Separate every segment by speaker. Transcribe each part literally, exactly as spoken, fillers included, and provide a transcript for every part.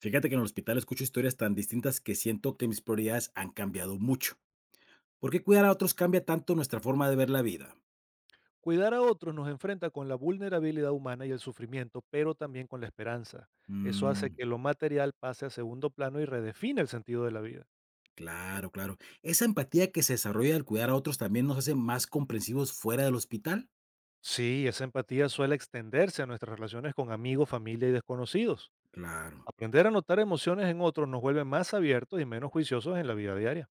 Speaker 1: Fíjate que en el hospital escucho historias tan distintas que siento que mis prioridades han cambiado mucho. ¿Por qué cuidar a otros cambia tanto nuestra forma de ver la vida?
Speaker 2: Cuidar a otros nos enfrenta con la vulnerabilidad humana y el sufrimiento, pero también con la esperanza. Eso hace
Speaker 1: Mm,
Speaker 2: que lo material pase a segundo plano y redefine el sentido de la vida.
Speaker 1: claro, claro. ¿Esa empatía que se desarrolla al cuidar a otros también nos hace más comprensivos fuera del hospital?
Speaker 2: Sí, esa empatía suele extenderse a nuestras relaciones con amigos, familia y desconocidos.
Speaker 1: Claro,
Speaker 2: Aprender a notar emociones en otros nos vuelve más abiertos y menos juiciosos en la vida diaria.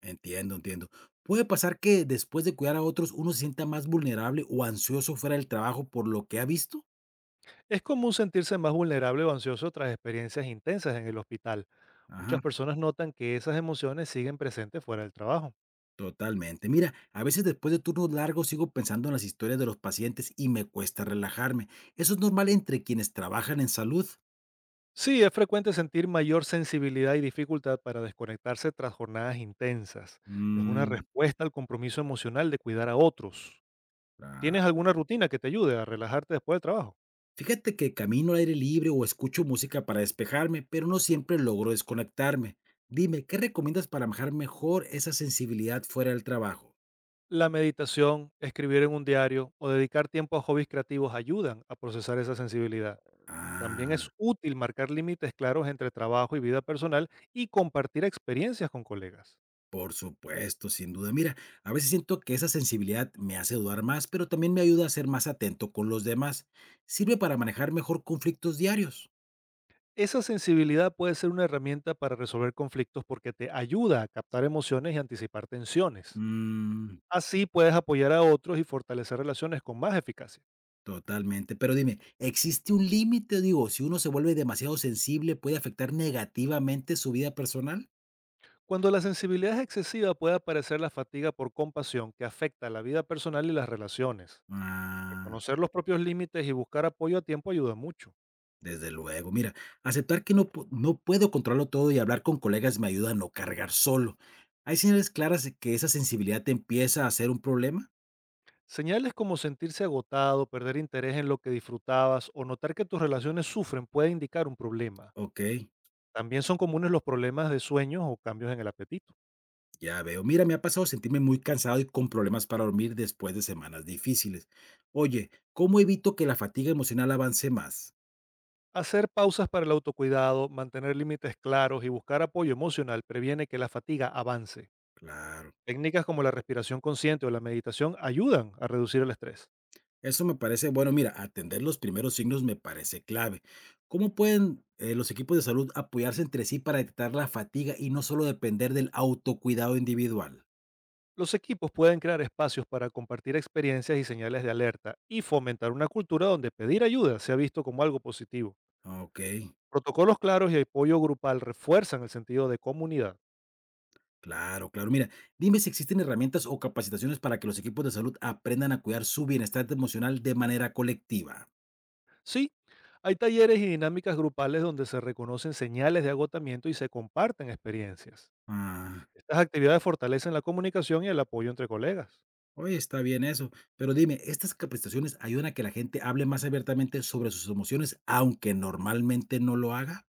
Speaker 1: entiendo, entiendo. ¿Puede pasar que después de cuidar a otros uno se sienta más vulnerable o ansioso fuera del trabajo por lo que ha visto?
Speaker 2: Es común sentirse más vulnerable o ansioso tras experiencias intensas en el hospital. Muchas
Speaker 1: Ajá.
Speaker 2: personas notan que esas emociones siguen presentes fuera del trabajo.
Speaker 1: Totalmente. Mira, a veces después de turnos largos sigo pensando en las historias de los pacientes y me cuesta relajarme. Eso es normal entre quienes trabajan en salud.
Speaker 2: Sí, es frecuente sentir mayor sensibilidad y dificultad para desconectarse tras jornadas intensas. Es una
Speaker 1: Mm,
Speaker 2: respuesta al compromiso emocional de cuidar a otros.
Speaker 1: claro.
Speaker 2: ¿Tienes alguna rutina que te ayude a relajarte después del trabajo?
Speaker 1: Fíjate que camino al aire libre o escucho música para despejarme, pero no siempre logro desconectarme. Dime, ¿qué recomiendas para manejar mejor esa sensibilidad fuera del trabajo?
Speaker 2: La meditación, escribir en un diario o dedicar tiempo a hobbies creativos ayudan a procesar esa sensibilidad. También es
Speaker 1: Ah.
Speaker 2: útil marcar límites claros entre trabajo y vida personal y compartir experiencias con colegas.
Speaker 1: Por supuesto, sin duda. Mira, a veces siento que esa sensibilidad me hace dudar más, pero también me ayuda a ser más atento con los demás. Sirve para manejar mejor conflictos diarios.
Speaker 2: Esa sensibilidad puede ser una herramienta para resolver conflictos porque te ayuda a captar emociones y anticipar tensiones.
Speaker 1: Mm,
Speaker 2: Así puedes apoyar a otros y fortalecer relaciones con más eficacia.
Speaker 1: totalmente. Pero dime, ¿existe un límite? Digo, si uno se vuelve demasiado sensible, ¿puede afectar negativamente su vida personal?
Speaker 2: Cuando la sensibilidad es excesiva puede aparecer la fatiga por compasión que afecta la vida personal y las relaciones.
Speaker 1: Ah,
Speaker 2: Reconocer los propios límites y buscar apoyo a tiempo ayuda mucho.
Speaker 1: desde luego. Mira, aceptar que no, pu- no puedo controlarlo todo y hablar con colegas me ayuda a no cargar solo. ¿Hay señales claras de que esa sensibilidad te empieza a ser un problema?
Speaker 2: Señales como sentirse agotado, perder interés en lo que disfrutabas o notar que tus relaciones sufren puede indicar un problema.
Speaker 1: Ok.
Speaker 2: También son comunes los problemas de sueños o cambios en el apetito.
Speaker 1: Ya veo. Mira, me ha pasado sentirme muy cansado y con problemas para dormir después de semanas difíciles. Oye, ¿cómo evito que la fatiga emocional avance más?
Speaker 2: Hacer pausas para el autocuidado, mantener límites claros y buscar apoyo emocional previene que la fatiga avance.
Speaker 1: Claro.
Speaker 2: Técnicas como la respiración consciente o la meditación ayudan a reducir el estrés.
Speaker 1: Eso me parece, bueno, mira, atender los primeros signos me parece clave. ¿Cómo pueden eh, los equipos de salud apoyarse entre sí para detectar la fatiga y no solo depender del autocuidado individual?
Speaker 2: Los equipos pueden crear espacios para compartir experiencias y señales de alerta y fomentar una cultura donde pedir ayuda sea visto como algo positivo.
Speaker 1: Ok,
Speaker 2: Protocolos claros y apoyo grupal refuerzan el sentido de comunidad.
Speaker 1: claro, claro. Mira, dime si existen herramientas o capacitaciones para que los equipos de salud aprendan a cuidar su bienestar emocional de manera colectiva.
Speaker 2: Sí, hay talleres y dinámicas grupales donde se reconocen señales de agotamiento y se comparten experiencias.
Speaker 1: Ah.
Speaker 2: Estas actividades fortalecen la comunicación y el apoyo entre colegas.
Speaker 1: Oye, está bien eso. Pero dime, ¿estas capacitaciones ayudan a que la gente hable más abiertamente sobre sus emociones, aunque normalmente no lo haga?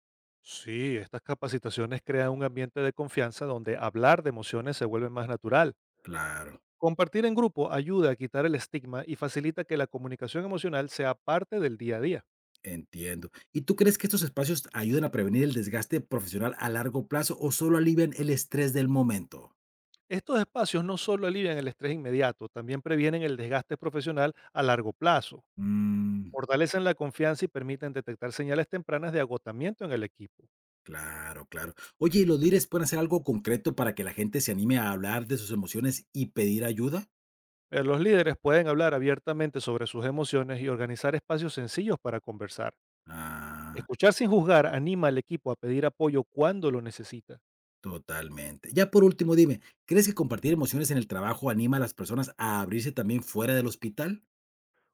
Speaker 2: Sí, estas capacitaciones crean un ambiente de confianza donde hablar de emociones se vuelve más natural.
Speaker 1: Claro,
Speaker 2: Compartir en grupo ayuda a quitar el estigma y facilita que la comunicación emocional sea parte del día a día.
Speaker 1: entiendo. ¿Y tú crees que estos espacios ayudan a prevenir el desgaste profesional a largo plazo o solo alivian el estrés del momento?
Speaker 2: Estos espacios no solo alivian el estrés inmediato, también previenen el desgaste profesional a largo plazo,
Speaker 1: Mm,
Speaker 2: fortalecen la confianza y permiten detectar señales tempranas de agotamiento en el equipo.
Speaker 1: claro, claro. Oye, ¿y los líderes pueden hacer algo concreto para que la gente se anime a hablar de sus emociones y pedir ayuda?
Speaker 2: Eh, Los líderes pueden hablar abiertamente sobre sus emociones y organizar espacios sencillos para conversar.
Speaker 1: Ah.
Speaker 2: Escuchar sin juzgar anima al equipo a pedir apoyo cuando lo necesita.
Speaker 1: Totalmente. Ya por último, dime, ¿crees que compartir emociones en el trabajo anima a las personas a abrirse también fuera del hospital?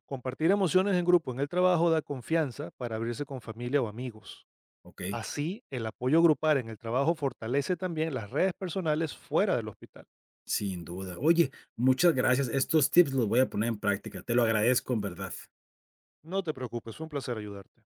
Speaker 2: Compartir emociones en grupo en el trabajo da confianza para abrirse con familia o amigos.
Speaker 1: Ok,
Speaker 2: Así, el apoyo grupal en el trabajo fortalece también las redes personales fuera del hospital.
Speaker 1: sin duda. Oye, muchas gracias. Estos tips los voy a poner en práctica. Te lo agradezco en verdad.
Speaker 2: No te preocupes, fue un placer ayudarte.